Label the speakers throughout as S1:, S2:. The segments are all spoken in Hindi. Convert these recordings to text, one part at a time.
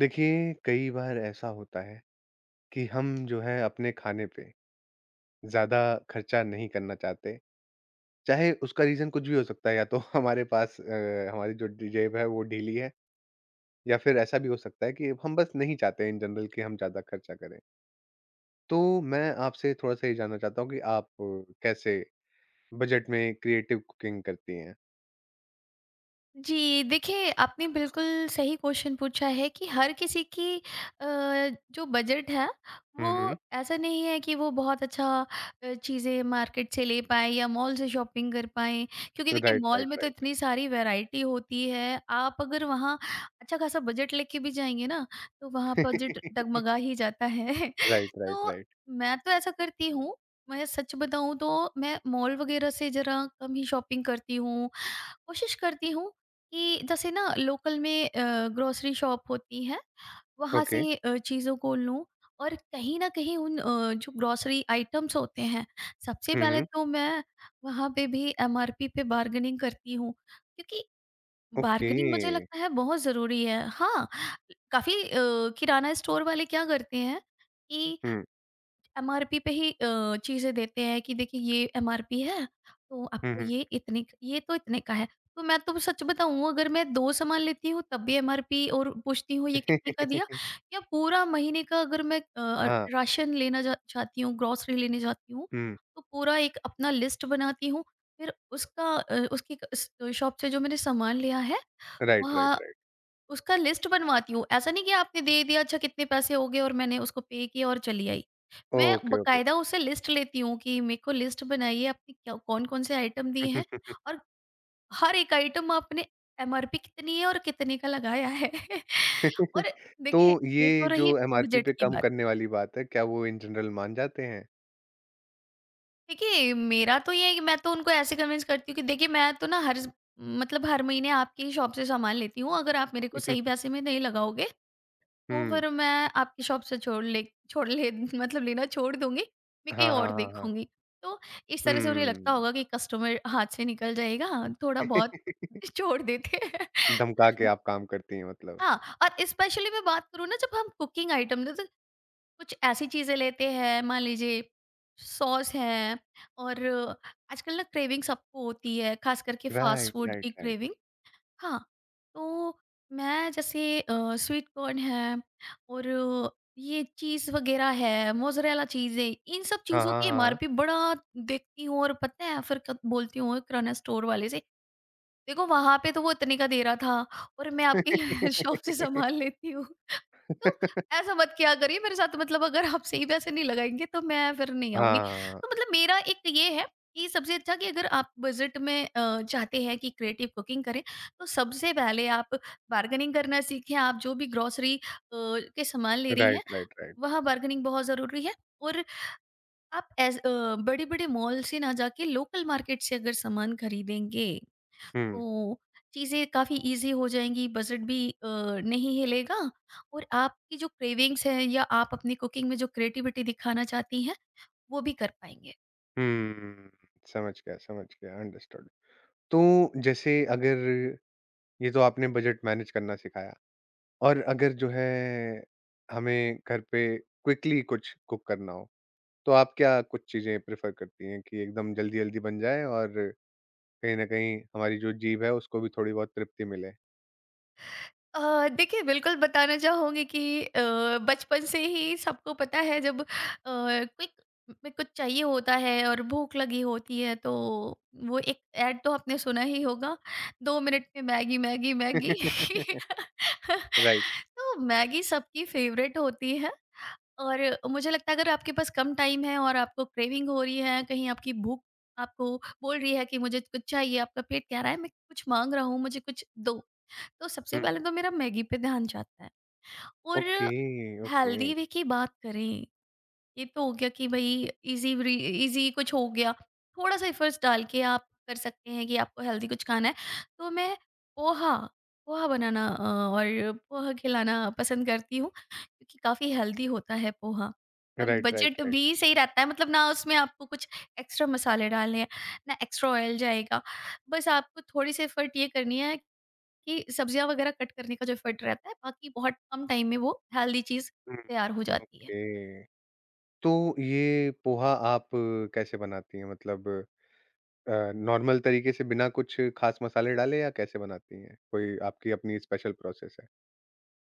S1: देखिए, कई बार ऐसा होता है कि हम जो है अपने खाने पे ज़्यादा खर्चा नहीं करना चाहते, चाहे उसका रीज़न कुछ भी हो सकता है या तो हमारे पास हमारी जो ड जेब है वो ढीली है या फिर ऐसा भी हो सकता है कि हम बस नहीं चाहते इन जनरल कि हम ज़्यादा खर्चा करें। तो मैं आपसे थोड़ा-सा ये जानना चाहता हूँ कि आप कैसे बजट में क्रिएटिव कुकिंग करती हैं?
S2: जी, देखिए आपने बिल्कुल सही क्वेश्चन पूछा है कि हर किसी की अ, जो बजट है
S1: हुँ,
S2: वो
S1: हुँ।
S2: ऐसा नहीं है कि वो बहुत अच्छा चीज़ें मार्केट से ले पाएँ या मॉल से शॉपिंग कर पाएँ। क्योंकि देखिए
S1: राइट,
S2: मॉल
S1: राइट,
S2: में तो
S1: राइट।
S2: इतनी सारी वैरायटी होती है, आप अगर वहाँ अच्छा खासा बजट लेके भी जाएँगे ना, तो वहाँ बजट डगमगा ही जाता है।
S1: राइट, राइट,
S2: तो
S1: राइट।
S2: मैं तो ऐसा करती हूँ, मैं सच बताऊँ तो मैं मॉल वगैरह से ज़रा कम ही शॉपिंग करती हूँ, कोशिश करती हूँ कि जैसे ना लोकल में ग्रोसरी शॉप होती है वहाँ
S1: ओके।
S2: से चीज़ों को लूँ, और कहीं ना कहीं उन जो ग्रोसरी आइटम्स होते हैं, सबसे
S1: हुँ,
S2: पहले
S1: हुँ।
S2: तो मैं वहाँ पे भी एमआरपी पे बार्गेनिंग करती हूँ, क्योंकि
S1: ओके।
S2: बार्गेनिंग मुझे लगता है बहुत ज़रूरी है। हाँ, काफ़ी किराना स्टोर वाले क्या करते हैं,
S1: हुँ।
S2: एमआरपी पे ही चीज़ें देते हैं कि देखिए ये एमआरपी है, तो
S1: हुँ,
S2: आपको
S1: हुँ।
S2: ये इतने क ये तो इतने का है। तो मैं तो सच बताऊँ, अगर मैं 2 सामान लेती हूँ तब भी एमआरपी और पूछती हूँ ये कितने का दिया, या पूरा महीने का अगर मैं
S1: हाँ।
S2: राशन लेना जा चाहती हूँ, ग्रोसरी लेने जाती हूँ,
S1: हुँ।
S2: तो पूरा एक अपना लिस्ट बनाती हूँ। फिर उसका उसकी क स शॉप से जो मैंने सामान लिया है,
S1: राइट,
S2: वहाँ
S1: राइट, राइट।
S2: उसका लिस्ट बनवाती हूँ। ऐसा नहीं कि आपने दे दिया, अच्छा कितने पैसे हो गए और मैंने उसको पे किया और चली आई। मैं
S1: ओके, ओके।
S2: बाकायदा उससे लिस्ट लेती हूँ कि मेरे को लिस्ट बनाइए आपने क्या कौन-कौन से आइटम दिए हैं और हर एक आइटम आपने एमआरपी कितनी है और कितने का लगाया है। और
S1: तो
S2: देखिए, ये तो
S1: ये
S2: रही
S1: जो एमआरपी
S2: बजट
S1: पे
S2: की
S1: कम
S2: बात।
S1: करने वाली बात है, क्या वो इन जनरल मान जाते हैं?
S2: देखिए मेरा तो ये है कि मैं तो उनको ऐसे कन्विंस करती हूँ कि देखिए मैं तो ना हर स मतलब हर महीने आपकी ही शॉप से सामान लेती हूँ। अगर आप मेरे को सही पैसे में नहीं लगाओगे तो
S1: हुँ।
S2: फिर मैं आपकी शॉप से छोड़ ले मतलब लेना छोड़ दूँगी, मैं कहीं
S1: हाँ, हाँ,
S2: और
S1: हाँ, हाँ।
S2: देखूँगी। तो इस तरह से उन्हें
S1: हुँ।
S2: लगता होगा कि कस्टमर हाथ से निकल जाएगा, थोड़ा बहुत छोड़ देते हैं।
S1: धमका के आप काम करती हैं मतलब।
S2: हाँ, और स्पेशली मैं बात करूँ ना, जब हम कुकिंग आइटम जैसे कुछ ऐसी चीज़ें लेते हैं, मान लीजिए सॉस है, और आजकल ना क्रेविंग सबको होती है, खास करके फास्ट
S1: राइट,
S2: फूड की
S1: राइट, राइट।
S2: क्रेविंग। हाँ, तो मैं जैसे स्वीट कॉर्न है और ये चीज़ वग़ैरह है, मोज़रेला चीज़ है, इन सब
S1: हाँ,
S2: चीज़ों
S1: हाँ,
S2: की
S1: हाँ,
S2: एमआरपी बड़ा देखती हूँ और पता है फिर क बोलती हूँ किराना स्टोर वाले से, "देखो वहाँ पे तो वो इतने का दे रहा था और मैं आपके शॉप
S1: हाँ।
S2: से सामान लेती हूँ।" तो ऐसा मत किया करिए मेरे साथ, मतलब अगर आप सही पैसे नहीं लगाएँगे तो मैं फिर नहीं आऊँगी।
S1: हाँ,
S2: तो मतलब मेरा एक ये है कि सबसे अच्छा कि अगर आप बजट में चाहते हैं कि क्रिएटिव कुकिंग करें, तो सबसे पहले आप बार्गेनिंग करना सीखें। आप जो भी ग्रोसरी के सामान ले रही हैं,
S1: राइट, राइट, राइट।
S2: वहाँ बार्गेनिंग बहुत ज़रूरी है, और आप बड़े-बड़े मॉल से ना जाके लोकल मार्केट से अगर सामान खरीदेंगे
S1: हुँ,
S2: तो चीज़ें काफ़ी ईज़ी हो जाएँगी, बजट भी नहीं हिलेगा, और आपकी जो क्रेविंग्स हैं या आप अपनी कुकिंग में जो क्रिएटिविटी दिखाना चाहती हैं, वो भी कर पाएँगे।
S1: हुँ। समझ गया, अंडरस्टूड। तो जैसे अगर ये तो आपने बजट मैनेज करना सिखाया। और अगर जो है हमें घर पे क्विकली कुछ कुक करना हो, तो आप क्या कुछ चीज़ें प्रेफ़र करती हैं कि एकदम जल्दी-जल्दी बन जाए और कहीं न कहीं हमारी जो जीभ है उसको भी थोड़ी बहुत तृप्ति मिले?
S2: देखिए बिल्कुल बताना चाहूँगी कि बचपन से ही सबको पता है जब क्विक में कुछ चाहिए होता है और भूख लगी होती है, तो वो एक ऐड तो आपने सुना ही होगा, 2 मिनट में मैगी, मैगी, मैगी।
S1: राइट।
S2: तो मैगी सबकी फेवरेट होती है, और मुझे लगता है अगर आपके पास कम टाइम है और आपको क्रेविंग हो रही है, कहीं आपकी भूख आपको बोल रही है कि मुझे कुछ चाहिए, आपका पेट कह रहा है मैं कुछ मांग रहा हूँ, मुझे कुछ दो, तो सबसे
S1: हुँ।
S2: पहले तो मेरा मैगी पे ध्यान जाता है। और
S1: ओके, ओके।
S2: हेल्दी वे की बात करें, ये तो हो गया कि भाई इजी, इजी कुछ हो गया, थोड़ा सा एफर्ट्स डाल के आप कर सकते हैं कि आपको हेल्दी कुछ खाना है, तो मैं पोहा पोहा बनाना और पोहा खिलाना पसंद करती हूँ, क्योंकि काफ़ी हेल्दी होता है पोहा, और
S1: राइट, राइट,
S2: बजट
S1: राइट।
S2: भी सही रहता है, मतलब ना उसमें आपको कुछ एक्स्ट्रा मसाले डालने हैं, ना एक्स्ट्रा ऑयल जाएगा, बस आपको थोड़ी सी एफर्ट ये करनी है कि सब्जियां वगैरह कट करने का जो एफर्ट रहता है, बाकी बहुत कम टाइम में वो हेल्दी चीज़
S1: हुँ।
S2: तैयार हो जाती है।
S1: ओके। तो ये पोहा आप कैसे बनाती हैं? मतलब नॉर्मल तरीके से बिना कुछ ख़ास मसाले डाले या कैसे बनाती हैं? कोई आपकी अपनी स्पेशल प्रोसेस है?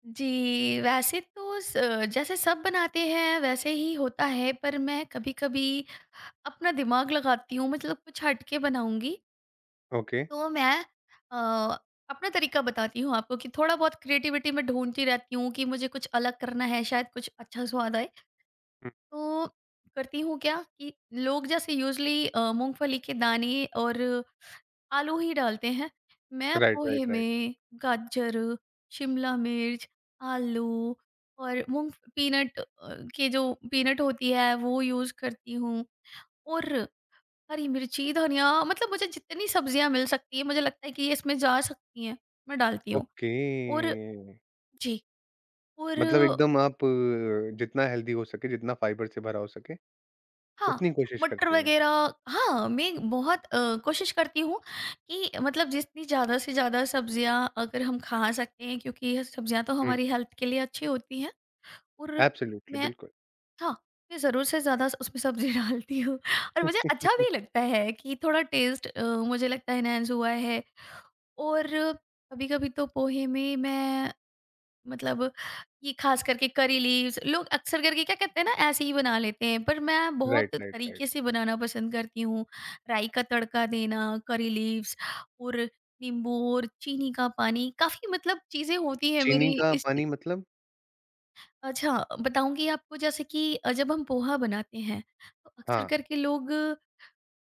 S2: जी, वैसे तो स जैसे सब बनाते हैं वैसे ही होता है, पर मैं कभी-कभी अपना दिमाग लगाती हूँ, मतलब कुछ हट के बनाऊँगी।
S1: ओके।
S2: तो मैं अ, अपना तरीका बताती हूँ आपको, कि थोड़ा बहुत क्रिएटिविटी मैं ढूँढती रहती हूँ कि मुझे कुछ अलग करना है, शायद कुछ अच्छा स्वाद आए।
S1: हुँ।
S2: तो करती हूँ क्या कि लोग जैसे यूज़ुअली मूँगफली के दाने और आलू ही डालते हैं। मैं
S1: राइट,
S2: पोहे
S1: राइट, राइट।
S2: में गाजर, शिमला मिर्च, आलू और मूँग के जो पीनट होती है वो यूज़ करती हूँ, और हरी मिर्ची, धनिया, मतलब मुझे जितनी सब्जियाँ मिल सकती हैं, मुझे लगता है कि ये इसमें जा सकती हैं, मैं डालती हूँ।
S1: ओके,
S2: और जी, और
S1: मतलब एकदम आप जितना हेल्दी हो सके, जितना फाइबर से भरा हो सके,
S2: हाँ,
S1: उतनी कोशिश
S2: मटर
S1: करती हैं।
S2: वग़ैरह हाँ, मैं बहुत कोशिश करती हूँ कि मतलब जितनी ज़्यादा से ज़्यादा सब्ज़ियाँ अगर हम खा सकते हैं, क्योंकि ये सब्ज़ियाँ तो
S1: हुँ,
S2: हमारी हेल्थ के लिए अच्छी होती हैं, और
S1: एब्सोल्युटली
S2: मैं,
S1: बिल्कुल।
S2: हाँ, मैं ज़रूर से ज़्यादा उसमें सब्ज़ी डालती हूँ, और मुझे अच्छा भी लगता है कि थोड़ा टेस्ट मुझे लगता है एनहांस हुआ है। और कभी-कभी तो पोहे में मैं, मतलब ये खास करके करी लीव्स लोग अक्सर करके क्या कहते हैं ना, ऐसे ही बना लेते हैं, पर मैं
S1: राइट,
S2: बहुत
S1: राइट,
S2: तरीके
S1: राइट।
S2: से बनाना पसंद करती हूँ। राई का तड़का देना, करी लीव्स, और नींबू और चीनी का पानी, काफी मतलब चीजें होती है
S1: चीनी
S2: मेरी।
S1: का
S2: इस,
S1: पानी मतलब
S2: अच्छा बताऊंगी आपको, जैसे कि जब हम पोहा बनाते हैं तो अक्सर
S1: हाँ,
S2: करके लोग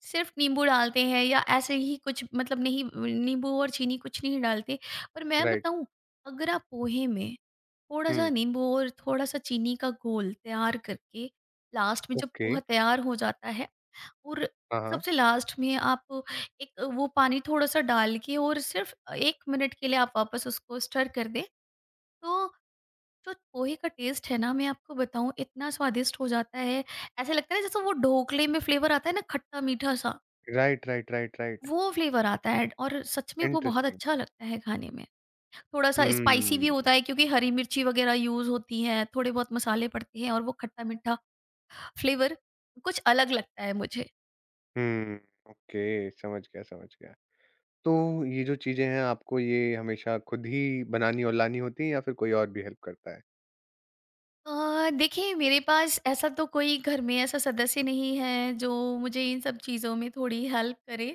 S2: सिर्फ नींबू डालते हैं या ऐसे ही कुछ, मतलब नहीं, नींबू और चीनी कुछ नहीं डालते, पर मैं
S1: राइट।
S2: बताऊं, अगर आप पोहे में थोड़ा सा
S1: हुँ,
S2: नींबू और थोड़ा-सा चीनी का घोल तैयार करके लास्ट में जब
S1: ओके।
S2: पोहा तैयार हो जाता है, और
S1: हाँ, हाँ।
S2: सबसे लास्ट में आप एक वो पानी थोड़ा-सा डाल के और सिर्फ़ 1 मिनट के लिए आप वापस उसको स्टर कर दें, तो जो पोहे का टेस्ट है ना, मैं आपको बताऊँ, इतना स्वादिष्ट हो जाता है, ऐसा लगता है ना जैसे वो ढोकले में फ्लेवर आता है ना, खट्टा-मीठा सा,
S1: राइट, राइट, राइट, राइट।
S2: वो फ्लेवर आता है, और सच में वो बहुत
S1: इंटरेस्टिंग।
S2: अच्छा लगता है खाने में। थोड़ा-सा स्पाइसी भी
S1: हुँ,
S2: होता है क्योंकि हरी मिर्ची वगैरह यूज़ होती हैं, थोड़े बहुत मसाले पड़ते हैं, और वो खट्टा-मीठा फ्लेवर कुछ अलग लगता है मुझे।
S1: हुँ, ओके, समझ गया, समझ गया। तो ये जो चीज़ें हैं, आपको ये हमेशा खुद ही बनानी और लानी होती हैं या फिर कोई और भी हेल्प करता है?
S2: देखिए मेरे पास ऐसा तो कोई घर में ऐसा सदस्य नहीं है जो मुझे इन सब चीज़ों में थोड़ी हेल्प करे,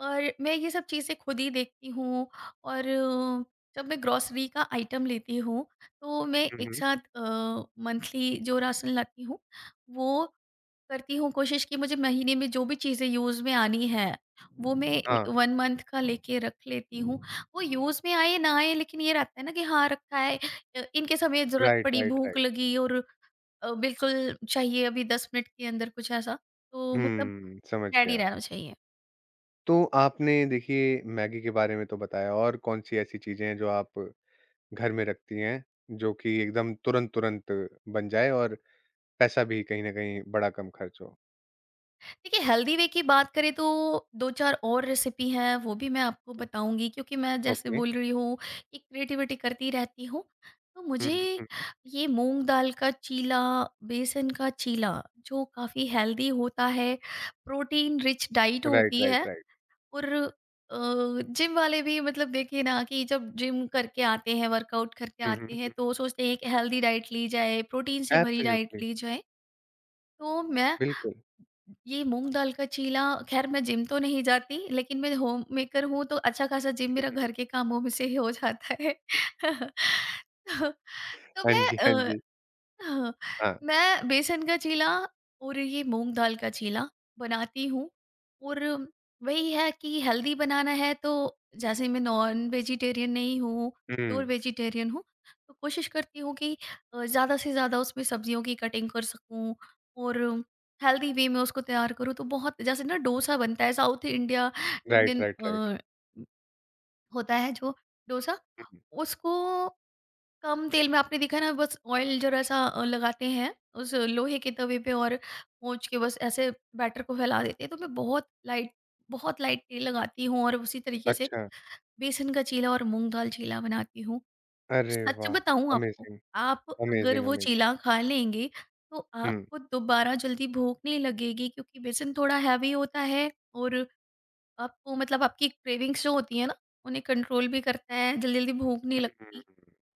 S2: और मैं ये सब चीज़ें खुद ही देखती हूँ, और जब मैं ग्रोसरी का आइटम लेती हूँ, तो मैं
S1: हुँ,
S2: एक
S1: हुँ।
S2: साथ मंथली जो राशन लाती हूँ, वो करती हूँ, कोशिश कि मुझे महीने में जो भी चीज़ें यूज़ में आनी है, वो मैं एक
S1: हाँ,
S2: 1 मंथ का लेके रख लेती हूँ। वो यूज़ में आए ना आए, लेकिन ये रहता है ना कि हाँ, रखा है, इन केस हमें ज़रूरत
S1: राइट,
S2: पड़ी,
S1: राइट,
S2: भूख
S1: राइट।
S2: लगी, और बिल्कुल चाहिए अभी 10 मिनट के अंदर कुछ ऐसा, तो मतलब
S1: हुँ, समझ
S2: रेडी
S1: गया।
S2: रहना चाहिए।
S1: तो आपने देखिए मैगी के बारे में तो बताया और कौन-सी ऐसी चीज़ें हैं जो आप घर में रखती हैं, जो कि एकदम तुरंत-तुरंत बन जाए और पैसा भी कहीं न कहीं बड़ा कम खर्च हो?
S2: देखिए हेल्दी वे की बात करें तो 2-4 और रेसिपी हैं, वो भी मैं आपको बताऊँगी, क्योंकि मैं जैसे
S1: ओके।
S2: बोल रही हूँ कि क्रिएटिविटी करती रहती हूँ। तो
S1: हुँ,
S2: मुझे
S1: हुँ, हुँ, हुँ।
S2: ये मूँग दाल का चीला, बेसन का चीला, जो काफ़ी हेल्दी होता है, प्रोटीन रिच डाइट
S1: राइट,
S2: होती है,
S1: राइट, राइट।
S2: और अ, जिम वाले भी, मतलब देखिए ना कि जब जिम करके आते हैं, वर्कआउट करके
S1: हुँ, हुँ,
S2: आते हैं,
S1: हुँ।
S2: तो सोचते हैं एक हेल्दी डाइट ली जाए, प्रोटीन से भरी डाइट
S1: एब्सोल्युटली,
S2: ली जाए। तो मैं
S1: बिल्कुल।
S2: ये मूँग दाल का चीला, ख़ैर मैं जिम तो नहीं जाती, लेकिन मैं होम मेकर हूँ, तो अच्छा ख़ासा जिम
S1: हुँ,
S2: मेरा घर
S1: हुँ।
S2: के कामों में से ही हो जाता है। तो तो
S1: हाँ
S2: मैं
S1: जी, हाँ जी।
S2: हाँ,
S1: हाँ।
S2: मैं बेसन का चीला और ये मूँग दाल का चीला बनाती हूँ। और वही है कि हेल्दी बनाना है, तो जैसे मैं नॉन वेजिटेरियन नहीं हूँ, प्योर
S1: हुँ।
S2: वेजिटेरियन हूँ, तो कोशिश करती हूँ कि ज़्यादा से ज़्यादा उसमें सब्जियों की कटिंग कर सकूँ, और हेल्दी वे में उसको तैयार करूँ। तो बहुत जैसे ना डोसा बनता है, south India
S1: right,
S2: Indian
S1: right, right.
S2: होता है जो डोसा,
S1: हुँ, हुँ।
S2: उसको कम तेल में, आपने देखा ना, बस ऑयल जरा सा लगाते हैं उस लोहे के तवे पे, और पोंछ के बस ऐसे बैटर को फैला देते हैं, तो मैं बहुत लाइट तेल लगाती हूँ, और उसी तरीके से
S1: अच्छा।
S2: बेसन का चीला और मूंग दाल चीला बनाती हूँ।
S1: अरे
S2: सच
S1: वाह!
S2: बताऊँ आपको,
S1: अमेज़िंग,
S2: आप अगर
S1: अमेज़िंग,
S2: वो
S1: अमेज़िंग।
S2: चीला खा लेंगे तो
S1: हुँ।
S2: आपको दोबारा जल्दी भूख नहीं लगेगी, क्योंकि बेसन थोड़ा हैवी होता है और आपको आपकी क्रेविंग्स जो होती है ना, उन्हें कंट्रोल भी करता है, जल्दी जल्दी भूख नहीं लगती।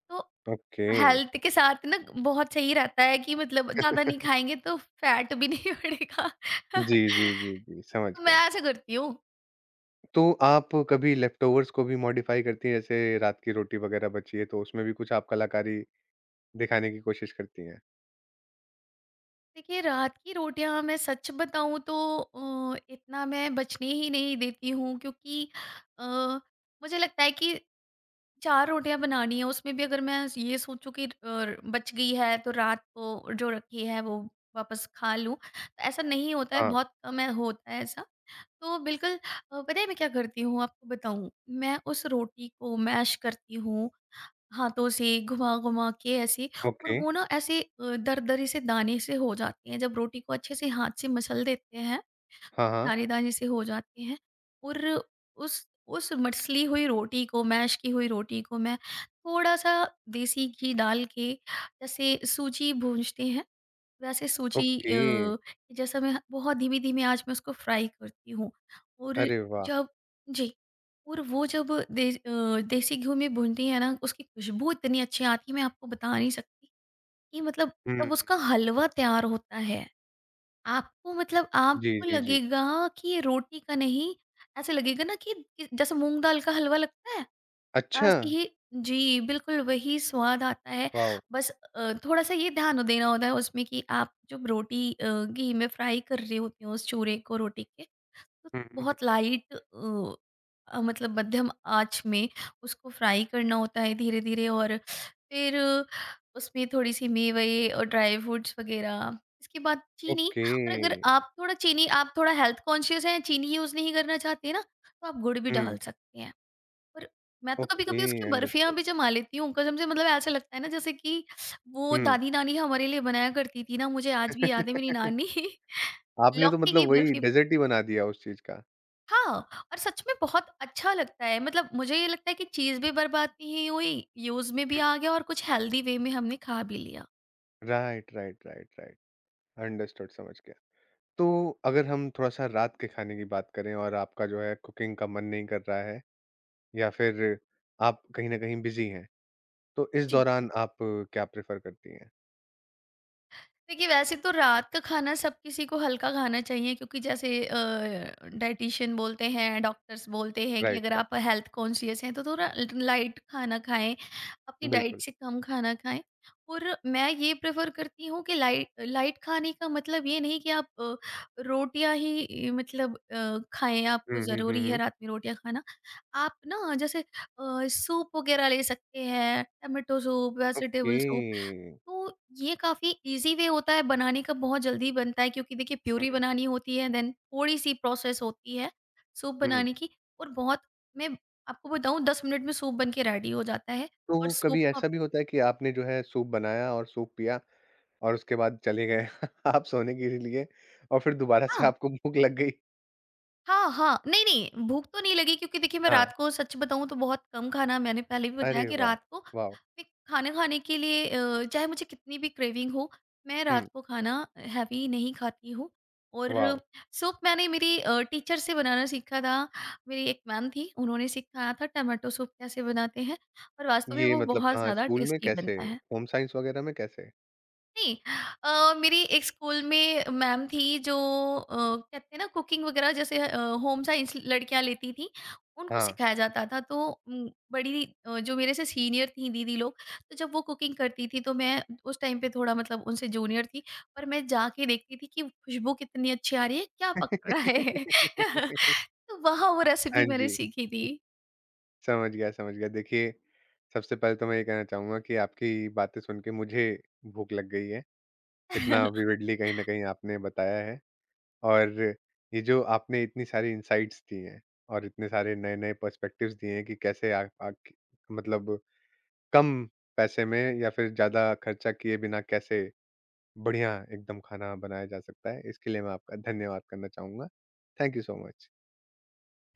S2: तो
S1: ओके।
S2: हेल्थ के साथ ना बहुत सही रहता है कि ज़्यादा नहीं खाएँगे तो फैट भी नहीं बढ़ेगा।
S1: जी, जी, जी, जी, समझ
S2: मैं
S1: गया।
S2: ऐसा करती हूँ।
S1: तो आप कभी लेफ्टओवर्स को भी मॉडिफ़ाई करती हैं? जैसे रात की रोटी वग़ैरह बची है तो उसमें भी कुछ आप कलाकारी दिखाने की कोशिश करती हैं?
S2: देखिए, रात की रोटियाँ मैं सच बताऊँ तो इतना मैं बचने ही नहीं देती हूँ क्योंकि अ, मुझे लगता है कि 4 रोटियाँ बनानी है, उसमें भी अगर मैं ये सोचूँ कि बच गई है तो रात को जो रखी है वो वापस खा लूँ, तो ऐसा नहीं होता है,
S1: हाँ,
S2: बहुत कम है होता है ऐसा। तो बिल्कुल पता है मैं क्या करती हूँ आपको बताऊँ? मैं उस रोटी को मैश करती हूँ हाथों से घुमा-घुमा के ऐसे। और
S1: ओके।
S2: वो ना ऐसे दरदरे से दाने से हो जाते हैं। जब रोटी को अच्छे से हाथ से मसल देते हैं,
S1: हाँ, हाँ।
S2: दाने-दाने से हो जाते हैं, और उस उस मसली हुई रोटी को, मैश की हुई रोटी को, मैं थोड़ा-सा देसी घी डाल के, जैसे सूजी भूनते हैं वैसे सूजी अ,
S1: ओके।
S2: कि जैसा मैं बहुत धीमी-धीमी आँच में उसको फ्राई करती हूँ। और
S1: अरे वाह!
S2: जब जी, और वो जब दे अ, देसी घी में भूनती है ना, उसकी खुशबू इतनी अच्छी आती है, मैं आपको बता नहीं सकती कि मतलब
S1: हुँ।
S2: तब उसका हलवा तैयार होता है।
S1: जी,
S2: आपको
S1: जी, जी।
S2: लगेगा कि ये रोटी का नहीं, ऐसे लगेगा ना कि जैसे मूँग दाल का हलवा लगता है।
S1: अच्छा!
S2: ऐसे ही जी, बिल्कुल वही स्वाद आता है।
S1: वॉव!
S2: बस थोड़ा-सा ये ध्यान देना होता है उसमें कि आप जब रोटी घी में फ्राई कर रहे होते हो उस चूरे को रोटी के, तो
S1: हुँ, हुँ, हुँ।
S2: बहुत लाइट अ अ, मतलब मध्यम आँच में उसको फ्राई करना होता है धीरे-धीरे। और फिर उसमें थोड़ी-सी मेवे और ड्राई फ्रूट्स वग़ैरह, इसके बाद चीनी।
S1: ओके।
S2: और अगर आप थोड़ा हेल्थ कॉन्शियस हैं, चीनी यूज़ नहीं करना चाहते ना, तो आप गुड़ भी
S1: हुँ,
S2: डाल सकते हैं। और मैं तो
S1: ओके,
S2: कभी-कभी उसकी बर्फियाँ
S1: अंडरस्टूड।
S2: भी जमा लेती हूँ, कसम से। मतलब ऐसा लगता है ना जैसे कि वो
S1: हुँ।
S2: दादी-नानी हमारे लिए बनाया करती थी ना, मुझे आज भी याद है मेरी नानी।
S1: आपने तो
S2: लौकी की
S1: मतलब वही
S2: बर्फी।
S1: डेज़र्ट ही बना दिया उस चीज़ का।
S2: हाँ, और सच में बहुत अच्छा लगता है। मतलब मुझे ये लगता है कि चीज़ भी बर्बाद नहीं हुई, यूज़ में भी
S1: हुँ।
S2: आ गया और कुछ हेल्दी वे में हमने खा भी लिया।
S1: Right, right, right, right. Understood, समझ गया। तो अगर हम थोड़ा-सा रात के खाने की बात करें और आपका जो है कुकिंग का मन नहीं कर रहा है या फिर आप कहीं न कहीं बिज़ी हैं, तो इस
S2: जी।
S1: दौरान आप क्या प्रेफ़र करती हैं?
S2: देखिए वैसे तो रात का खाना सब किसी को हल्का खाना चाहिए, क्योंकि जैसे डाइटिशियन बोलते हैं, डॉक्टर्स बोलते हैं कि
S1: राइट,
S2: अगर
S1: राइट।
S2: आप हेल्थ कॉन्शियस हैं तो थोड़ा लाइट खाना खाएं, अपनी डाइट
S1: बिल्कुल।
S2: से कम खाना खाएं। और मैं ये प्रेफर करती हूँ कि लाइट लाइट खाने का मतलब ये नहीं कि आप अ, रोटियां ही अ, मतलब अ, खाएं, आपको
S1: हुँ, हुँ, हुँ,
S2: ज़रूरी है
S1: हुँ।
S2: रात में रोटियां खाना। आप ना जैसे सूप वगैरह ले सकते हैं, tomato soup,
S1: okay.
S2: Vegetable soup. तो ये काफ़ी ईज़ी वे होता है बनाने का, बहुत जल्दी बनता है, क्योंकि देखिए
S1: हुँ,
S2: प्यूरी बनानी होती है, देन थोड़ी-सी प्रोसेस होती है सूप
S1: हुँ।
S2: बनाने की। और बहुत मैं आपको बताऊँ 10 मिनट में सूप बन के रेडी हो जाता है। और
S1: तो
S2: सूप
S1: कभी
S2: का।
S1: ऐसा भी होता है कि आपने जो है सूप बनाया और सूप पिया और उसके बाद चले गए आप सोने के लिए और फिर दोबारा से
S2: हाँ।
S1: आपको भूख लग गई?
S2: हाँ, हाँ। नहीं, नहीं, भूख तो नहीं लगी क्योंकि देखिए मैं
S1: हाँ।
S2: रात को सच बताऊँ तो बहुत कम खाना, मैंने पहले भी बताया
S1: अरे
S2: कि
S1: वाह!
S2: रात को
S1: वाओ!
S2: मैं खाना खाने के लिए, चाहे मुझे कितनी भी क्रेविंग हो, मैं
S1: हुँ,
S2: रात को खाना हैवी नहीं खाती हूँ। और
S1: वाओ!
S2: सूप मैंने मेरी टीचर से बनाना सीखा था। मेरी एक मैम थी, उन्होंने सिखाया था टोमेटो सूप कैसे बनाते हैं, और वास्तव में
S1: ये
S2: वो
S1: मतलब
S2: बहुत
S1: कहाँ
S2: ज़्यादा
S1: स्कूल में
S2: टेस्टी
S1: कैसे?
S2: बनता है।
S1: होम साइंस वगैरह में कैसे?
S2: नहीं मेरी एक स्कूल में मैम थी जो कहते हैं ना कुकिंग वगैरह जैसे होम साइंस लड़कियां लेती थी, उनको
S1: हाँ।
S2: सिखाया जाता था। तो बड़ी जो मेरे से सीनियर थी दीदी लोग, तो जब वो कुकिंग करती थी तो मैं उस टाइम पे थोड़ा मतलब उनसे जूनियर थी, पर मैं जाके देखती थी कि खुशबू कितनी अच्छी आ रही है, क्या पक रहा है। तो वहाँ वो
S1: हाँ
S2: रेसिपी मैंने
S1: जी,
S2: सीखी थी।
S1: समझ गया, समझ गया। देखिए, सबसे पहले तो मैं ये कहना चाहूँगा कि आपकी बातें सुन के मुझे भूख लग गई है। इतना विविडली कहीं न कहीं आपने बताया है और ये जो आपने इतनी सारी इनसाइट्स दी हैं और इतने सारे नए-नए पर्सपेक्टिव्स दिए हैं कि कैसे आ आ क मतलब कम पैसे में या फिर ज़्यादा खर्चा किए बिना कैसे बढ़िया एकदम खाना बनाया जा सकता है, इसके लिए मैं आपका धन्यवाद करना चाहूँगा। Thank you so much.